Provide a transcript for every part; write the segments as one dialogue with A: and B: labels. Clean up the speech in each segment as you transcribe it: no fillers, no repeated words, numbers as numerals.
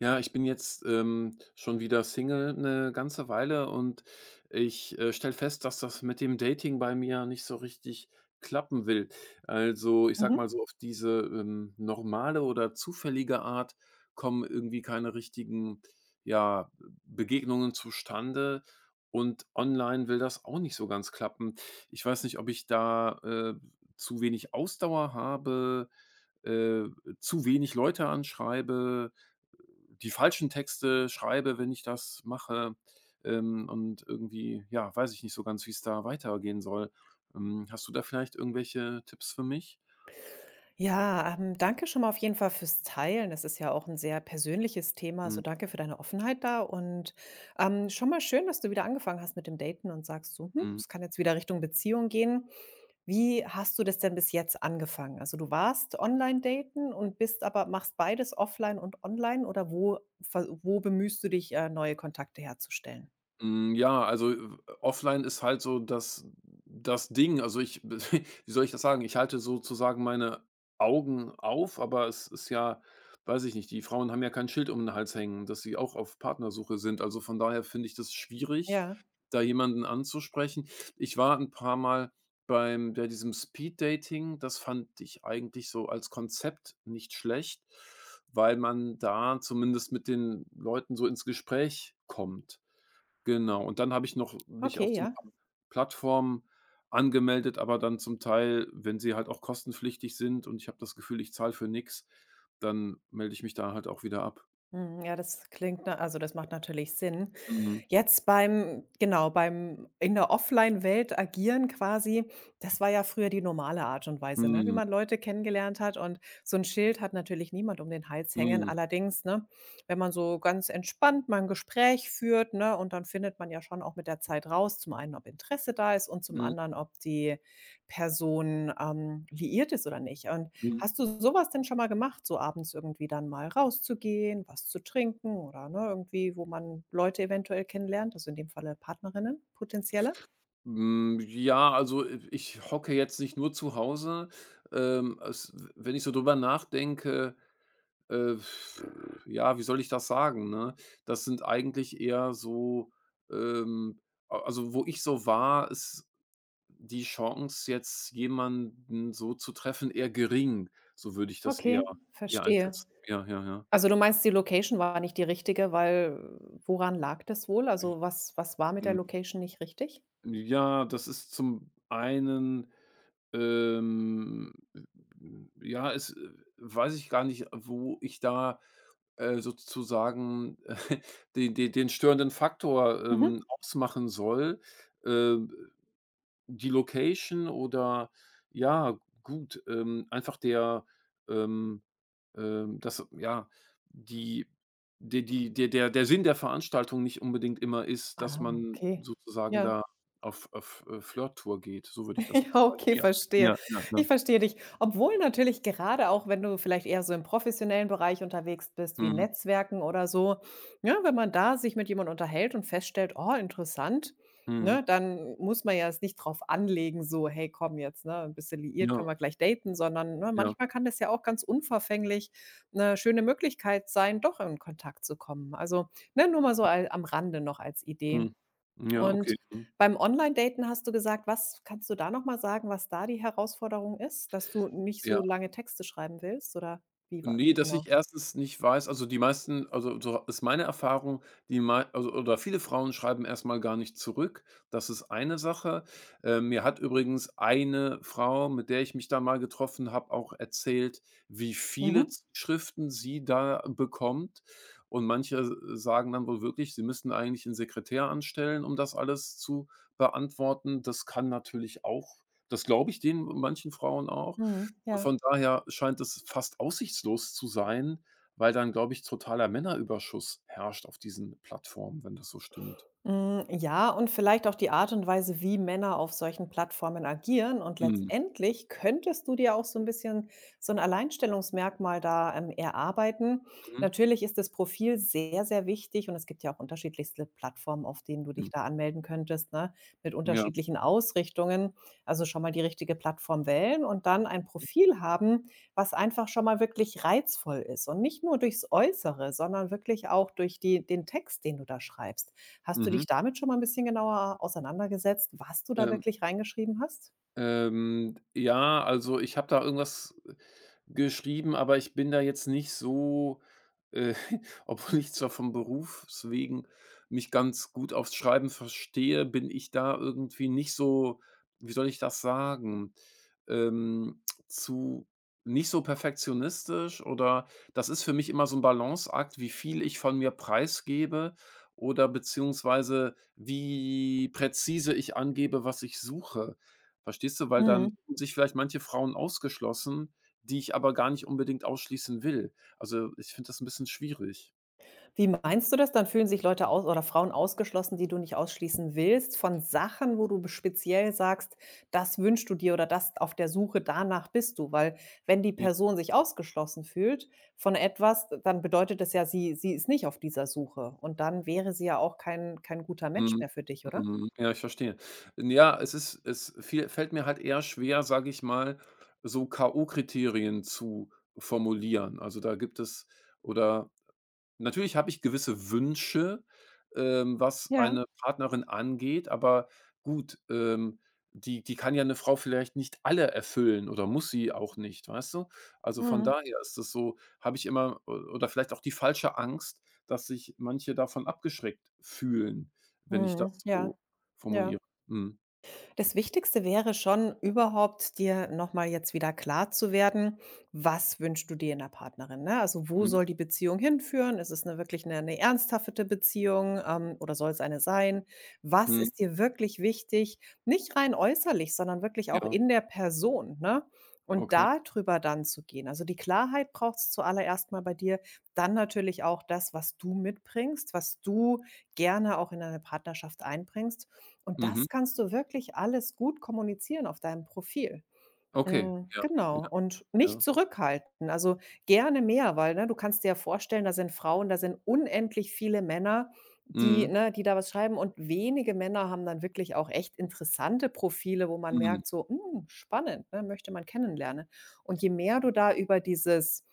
A: Ja, ich bin jetzt, schon wieder Single eine ganze Weile, und ich stelle fest, dass das mit dem Dating bei mir nicht so richtig klappen will. Also, ich sag mal
B: Mhm.
A: so, auf diese, normale oder zufällige Art kommen irgendwie keine richtigen, ja, Begegnungen zustande, und online will das auch nicht so ganz klappen. Ich weiß nicht, ob ich da, zu wenig Ausdauer habe, äh, zu wenig Leute anschreibe, die falschen Texte schreibe, wenn ich das mache. Und irgendwie, ja, weiß ich nicht so ganz, wie es da weitergehen soll. Hast du da vielleicht irgendwelche Tipps für mich?
B: Ja, danke schon mal auf jeden Fall fürs Teilen. Das ist ja auch ein sehr persönliches Thema, also danke für deine Offenheit da und, schon mal schön, dass du wieder angefangen hast mit dem Daten und sagst so: „Hm,
A: Mhm.
B: es kann jetzt wieder Richtung Beziehung gehen.“ Wie hast du das denn bis jetzt angefangen? Also, du warst online daten und bist aber machst beides offline und online oder wo bemühst du dich, neue Kontakte herzustellen?
A: Ja, also, offline ist halt so das Ding. Also, ich wie soll ich das sagen? Ich halte sozusagen meine Augen auf, aber es ist ja, weiß ich nicht, die Frauen haben ja kein Schild um den Hals hängen, dass sie auch auf Partnersuche sind. Also, von daher finde ich das schwierig,
B: Ja,
A: da jemanden anzusprechen. Ich war ein paar Mal bei diesem Speed-Dating. Das fand ich eigentlich so als Konzept nicht schlecht, weil man da zumindest mit den Leuten so ins Gespräch kommt. Genau, und dann habe ich noch mich auf
B: okay,
A: so 'n
B: ja.
A: paar Plattformen angemeldet, aber dann zum Teil, wenn sie halt auch kostenpflichtig sind und ich habe das Gefühl, ich zahle für nix, dann melde ich mich da halt auch wieder ab.
B: Mhm, ja, das klingt also das macht natürlich Sinn.
A: Mhm.
B: Jetzt beim genau, beim in der Offline-Welt agieren quasi, das war ja früher die normale Art und Weise, ne, wie
A: Mhm.
B: man Leute kennengelernt hat und so ein Schild hat natürlich niemand um den Hals hängen.
A: Mhm.
B: Allerdings, ne, wenn man so ganz entspannt mal 'n Gespräch führt, ne, und dann findet man ja schon auch mit der Zeit raus, zum einen, ob Interesse da ist und zum
A: Mhm.
B: anderen, ob die Person, liiert ist oder nicht. Und
A: Mhm.
B: hast du sowas denn schon mal gemacht, so abends irgendwie dann mal rauszugehen, was zu trinken oder, ne, irgendwie, wo man Leute eventuell kennenlernt, also in dem Falle Partnerinnen, potenzielle?
A: Ja, also, ich hocke jetzt nicht nur zu Hause. Es wenn ich so drüber nachdenke, äh, ja, wie soll ich das sagen, ne? Das sind eigentlich eher so, ähm a also, wo ich so war, ist die Chance, jetzt jemanden so zu treffen, eher gering. So würde ich das eher
B: Okay,
A: eher
B: verstehe.
A: einschätzen. Ja, ja, ja.
B: Also, du meinst, die Location war nicht die richtige, weil woran lag das wohl?
A: Ich
B: Also, was war mit der
A: Hm,
B: Location nicht richtig?
A: ja, Das ist zum einen, ähm, äh, ja, es weiß ich gar nicht, wo ich da, sozusagen den störenden Faktor,
B: Mhm.
A: ausmachen soll. Ähm Die Location oder, ja, gut, einfach der, ähm, das ja, die de die der der der Sinn der Veranstaltung nicht unbedingt immer ist, dass
B: Ah,
A: man
B: okay.
A: sozusagen
B: Ja.
A: da auf Flirt-Tour geht. So würde ich das
B: Ja,
A: beschreiben.
B: okay,
A: Ja,
B: verstehe.
A: ja, ja, ja.
B: Ich verstehe dich. Obwohl natürlich gerade auch, wenn du vielleicht eher so im professionellen Bereich unterwegs bist, wie
A: Mhm,
B: Netzwerken oder so, ja, wenn man da sich mit jemandem unterhält und feststellt, oh, interessant, ne,
A: mhm.
B: dann muss man ja es nicht drauf anlegen, so, hey, komm jetzt, ne, ein bisschen liiert,
A: Ja,
B: können wir gleich daten, sondern ne,
A: ja,
B: manchmal kann das ja auch ganz unverfänglich eine schöne Möglichkeit sein, doch in Kontakt zu kommen. Also ne, nur mal so am Rande noch als Idee.
A: mhm. Ja, okay,
B: Und
A: mhm.
B: beim Online-Daten hast du gesagt, was kannst du da noch mal sagen, was da die Herausforderung ist, dass du nicht
A: Ja.
B: so lange Texte schreiben willst oder wie
A: Ne, dass ich
B: genau?
A: erstens nicht weiß, also, die meisten, also, so ist meine Erfahrung, die mei also oder viele Frauen schreiben erstmal gar nicht zurück. Das ist eine Sache. Mir hat übrigens eine Frau, mit der ich mich da mal getroffen habe, auch erzählt, wie
B: Mhm.
A: viele Z Schriften sie da bekommt. Und manche s sagen dann wohl wirklich, sie müssten eigentlich einen Sekretär anstellen, um das alles zu beantworten. Das kann natürlich auch, das glaube ich den manchen Frauen auch.
B: Mhm.
A: Und
B: Ja.
A: von daher scheint es fast aussichtslos zu sein, weil dann, glaube ich, totaler Männerüberschuss herrscht auf diesen Plattformen, wenn das so stimmt.
B: Hm, ja, und vielleicht auch die Art und Weise, wie Männer auf solchen Plattformen agieren. Und
A: Mhm.
B: letztendlich könntest du dir auch so ein bisschen so ein Alleinstellungsmerkmal da, erarbeiten.
A: Mhm.
B: Natürlich ist das Profil sehr, sehr wichtig und es gibt ja auch unterschiedlichste Plattformen, auf denen du
A: Mhm.
B: dich da anmelden könntest, ne, mit
A: Ja.
B: unterschiedlichen Ausrichtungen. Also, schon mal die richtige Plattform wählen und dann ein Profil haben, was einfach schon mal wirklich reizvoll ist und nicht nur durchs Äußere, sondern wirklich auch durch die den Text, den du da schreibst. Hast du
A: Mhm.
B: dich damit schon mal ein bisschen genauer auseinandergesetzt, was du da
A: Ähm
B: wirklich reingeschrieben hast?
A: Ähm, ja, also ich habe da irgendwas geschrieben, aber ich bin da jetzt nicht so, äh, obwohl ich zwar vom Berufswegen mich ganz gut aufs Schreiben verstehe, bin ich da irgendwie nicht so, wie soll ich das sagen, zu nicht so perfektionistisch, oder das ist für mich immer so ein Balanceakt, wie viel ich von mir preisgebe oder beziehungsweise wie präzise ich angebe, was ich suche. Verstehst du? Weil dann
B: Mhm.
A: fühlen sich vielleicht manche Frauen ausgeschlossen, die ich aber gar nicht unbedingt ausschließen will. Also, ich finde das ein bisschen schwierig.
B: Wie meinst du das? Dann fühlen sich Leute aus oder Frauen ausgeschlossen, die du nicht ausschließen willst, von Sachen, wo du b speziell sagst: „Das wünschst du dir“ oder „das auf der Suche danach bist du“? Weil wenn die
A: Ja,
B: Person sich ausgeschlossen fühlt von etwas, dann bedeutet das ja, sie ist nicht auf dieser Suche und dann wäre sie ja auch kein guter Match
A: mhm,
B: mehr für dich, oder?
A: mhm. Ja, ich verstehe. Ja, es ist es fiel fällt mir halt eher schwer, sage ich mal, so K.O.-Kriterien zu formulieren. Also, da gibt es, oder, natürlich habe ich gewisse Wünsche, was
B: Ja.
A: eine Partnerin angeht, aber gut, die kann ja eine Frau vielleicht nicht alle erfüllen, oder muss sie auch nicht, weißt du? Also, von
B: Mhm.
A: daher ist es so, habe ich immer, o oder vielleicht auch, die falsche Angst, dass sich manche davon abgeschreckt fühlen, wenn ich
B: Mhm.
A: das so
B: Ja, ja.
A: formuliere. Mhm.
B: Das Wichtigste wäre schon überhaupt, dir nochmal jetzt wieder klar zu werden, was wünschst du dir in der Partnerin? Ne? Also wo
A: Mhm.
B: soll die Beziehung hinführen? Ist es eine, wirklich eine ernsthafte Beziehung oder soll es eine sein? Was
A: Mhm.
B: ist dir wirklich wichtig? Nicht rein äußerlich, sondern wirklich auch
A: Ja,
B: in der Person. Ne? Und
A: okay.
B: darüber dann zu gehen. Also die Klarheit braucht es zuallererst mal bei dir. Dann natürlich auch das, was du mitbringst, was du gerne auch in eine Partnerschaft einbringst. Und
A: Mhm.
B: das kannst du wirklich alles gut kommunizieren auf deinem Profil.
A: Okay.
B: Hm,
A: Ja, ja,
B: genau und
A: ja.
B: nicht zurückhalten, also gerne mehr, weil, ne, du kannst dir ja vorstellen, da sind Frauen, da sind unendlich viele Männer, die
A: Mhm.
B: ne, die da was schreiben und wenige Männer haben dann wirklich auch echt interessante Profile, wo man
A: Mhm.
B: merkt so: „Hm, spannend, ne, möchte man kennenlernen.“ Und je mehr du da über dieses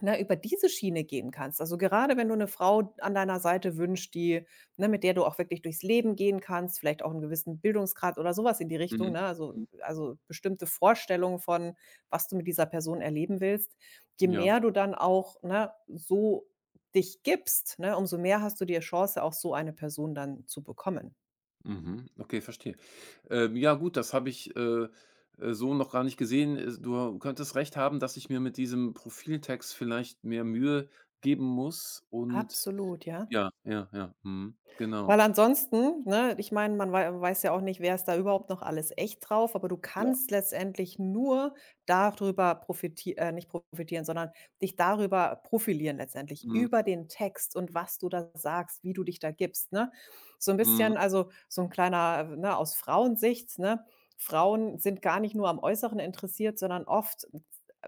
B: ne, über diese Schiene gehen kannst. Also, gerade wenn du eine Frau an deiner Seite wünschst, die ne, mit der du auch wirklich durchs Leben gehen kannst, vielleicht auch einen gewissen Bildungsgrad oder sowas in die Richtung,
A: Mhm.
B: ne?
A: Mhm.
B: Also bestimmte Vorstellungen von, was du mit dieser Person erleben willst. Je
A: Ja.
B: mehr du dann auch, ne, so dich gibst, ne, umso mehr hast du die Chance, auch so eine Person dann zu bekommen.
A: Mhm. Okay, verstehe. Ja gut, das habe ich, so noch gar nicht gesehen. Du könntest recht haben, dass ich mir mit diesem Profiltext vielleicht mehr Mühe geben muss, und
B: Absolut, ja.
A: ja, ja, ja, mhm, genau.
B: Weil ansonsten, ne, ich meine, man weiß ja auch nicht, wer ist da überhaupt noch alles echt drauf, aber du
A: Ja,
B: kannst letztendlich nur darüber profiti nicht profitieren, sondern dich darüber profilieren letztendlich,
A: mhm,
B: über den Text und was du da sagst, wie du dich da gibst, ne? So ein
A: mhm,
B: bisschen also, so ein kleiner, ne aus Frauensicht, ne? Frauen sind gar nicht nur am Äußeren interessiert, sondern oft,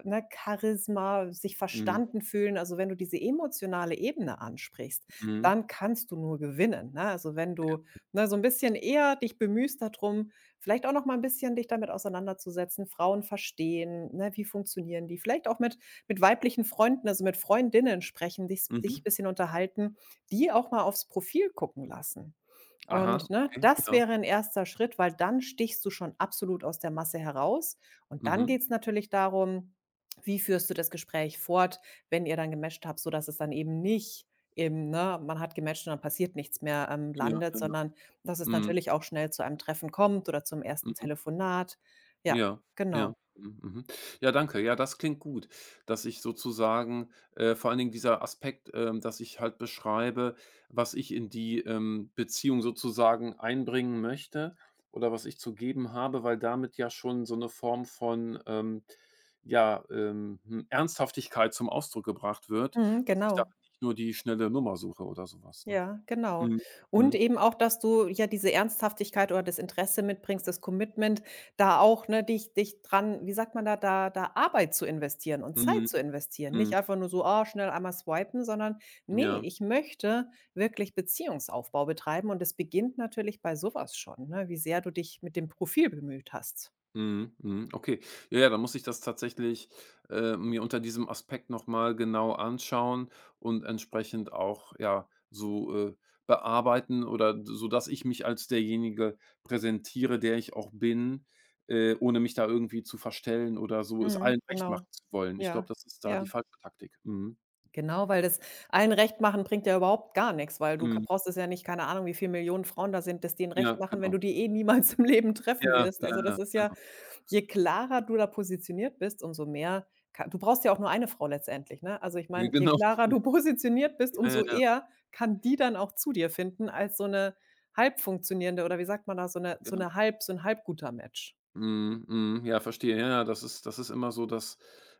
B: ne, Charisma, sich
A: mhm,
B: verstanden fühlen. Also, wenn du diese emotionale Ebene ansprichst,
A: mhm,
B: dann kannst du nur gewinnen, ne? Also, wenn du, ne, so ein bisschen eher dich bemühst darum, vielleicht auch noch mal ein bisschen dich damit auseinanderzusetzen, Frauen verstehen, ne, wie funktionieren die? Vielleicht auch mit weiblichen Freunden, also mit Freundinnen sprechen, dich
A: mhm.
B: ein bisschen unterhalten, die auch mal aufs Profil gucken lassen.
A: Aha,
B: Und, ne,
A: okay,
B: das
A: ja,
B: wäre ein erster Schritt, weil dann stichst du schon absolut aus der Masse heraus. Und dann
A: mhm,
B: geht es natürlich darum, wie führst du das Gespräch fort, wenn ihr dann gematcht habt, sodass es dann eben nicht ne, man hat gematcht und dann passiert nichts mehr,
A: ja,
B: landet,
A: ja, ja,
B: sondern dass es
A: mhm,
B: natürlich auch schnell zu einem Treffen kommt oder zum ersten
A: mhm.
B: Telefonat. Ja,
A: Ja, ja.
B: genau.
A: Mhm, mhm. Ja, danke. Ja, das klingt gut, dass ich sozusagen, vor allen Dingen dieser Aspekt, dass ich halt beschreibe, was ich in die, Beziehung sozusagen einbringen möchte oder was ich zu geben habe, weil damit ja schon so eine Form von, ja, Ernsthaftigkeit zum Ausdruck gebracht wird,
B: Mhm,
A: dass ich da
B: genau.
A: halt nicht nur die schnelle Nummer suche oder sowas, ne?
B: Ja, genau.
A: Mhm.
B: Und
A: Mhm.
B: eben auch, dass du ja diese Ernsthaftigkeit oder das Interesse mitbringst, das Commitment, da auch, ne, dich dran wie sagt man da Arbeit zu investieren und
A: Mhm.
B: Zeit zu investieren. Nicht
A: Mhm.
B: einfach nur so, ah, schnell einmal swipen, sondern: nee,
A: Ja.
B: ich möchte wirklich Beziehungsaufbau betreiben“ und es beginnt natürlich bei sowas schon, ne, wie sehr du dich mit dem Profil bemüht hast.
A: Mhm, mhm, okay. Ja, ja, dann muss ich das tatsächlich, mir unter diesem Aspekt noch mal genau anschauen und entsprechend auch, ja, so, bearbeiten, oder d so, dass ich mich als derjenige präsentiere, der ich auch bin, ohne mich da irgendwie zu verstellen oder so es allen
B: Mhm,
A: recht
B: genau.
A: machen zu wollen. Ich glaube,
B: Ja,
A: das ist da die
B: ja.
A: falsche Taktik. Mhm,
B: Genau, weil das allen recht machen bringt ja überhaupt gar nichts, weil du ka
A: mhm.
B: brauchst es ja nicht keine Ahnung, wie viele Millionen Frauen da sind, das denen recht
A: Ja,
B: machen, wenn
A: genau.
B: du die eh niemals im Leben treffen
A: Ja,
B: wirst.
A: ja,
B: Also,
A: ja,
B: das ist ja
A: genau.
B: je klarer du da positioniert bist, umso mehr ka du brauchst ja auch nur eine Frau letztendlich, ne? Also, ich meine, je
A: Genau.
B: klarer du positioniert bist,
A: Ja, ja,
B: umso
A: ja.
B: eher kann die dann auch zu dir finden als so eine halb funktionierende oder wie sagt man da, so eine so
A: Ja.
B: eine halb so ein halb guter Match.
A: Mhm, mhm. Ja, verstehe. Ja, ja, das ist immer so das,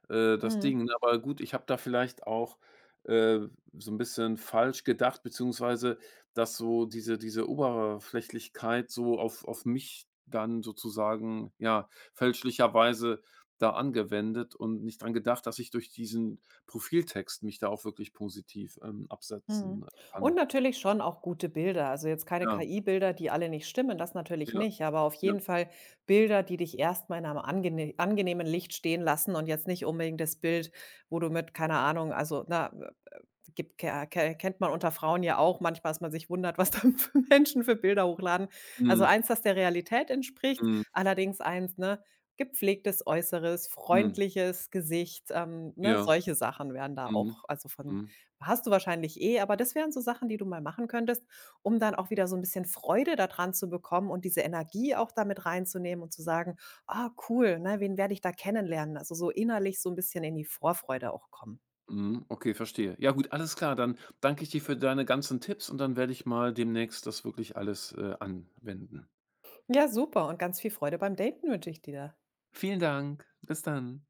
A: das
B: Mhm.
A: Ding, ne? Aber gut, ich habe da vielleicht auch, so ein bisschen falsch gedacht, beziehungsweise, dass so diese Oberflächlichkeit so auf mich dann sozusagen, ja, fälschlicherweise da angewendet und nicht dran gedacht, dass ich durch diesen Profiltext mich da auch wirklich positiv, absetzen
B: Mhm. Und
A: kann.
B: natürlich schon auch gute Bilder. Also jetzt keine
A: Ja,
B: KI-Bilder, die alle nicht stimmen, das natürlich
A: ja,
B: nicht, aber auf
A: ja.
B: jeden Fall Bilder, die dich erstmal in einem angenehmen Licht stehen lassen und jetzt nicht unbedingt das Bild, wo du mit, keine Ahnung, also na, äh, gibt, ke ke kennt man unter Frauen ja auch, manchmal, dass man sich wundert, was da für Menschen für Bilder hochladen. Also
A: Mhm,
B: eins, das der Realität entspricht,
A: mhm,
B: allerdings eins, ne, gepflegtes Äußeres,
A: mhm.
B: freundliches Gesicht, ne,
A: Ja,
B: solche Sachen werden da
A: mhm,
B: auch, also von
A: mhm.
B: hast du wahrscheinlich eh, aber das wären so Sachen, die du mal machen könntest, um dann auch wieder so ein bisschen Freude daran zu bekommen und diese Energie auch damit reinzunehmen und zu sagen: „Ah, cool, ne, wen werde ich da kennenlernen?“ Also, so innerlich so ein bisschen in die Vorfreude auch kommen.
A: Mhm, okay, verstehe. Ja gut, alles klar, dann danke ich dir für deine ganzen Tipps und dann werde ich mal demnächst das wirklich alles, anwenden.
B: Ja, super und ganz viel Freude beim Daten wünsche ich dir.
A: Vielen Dank. Bis dann.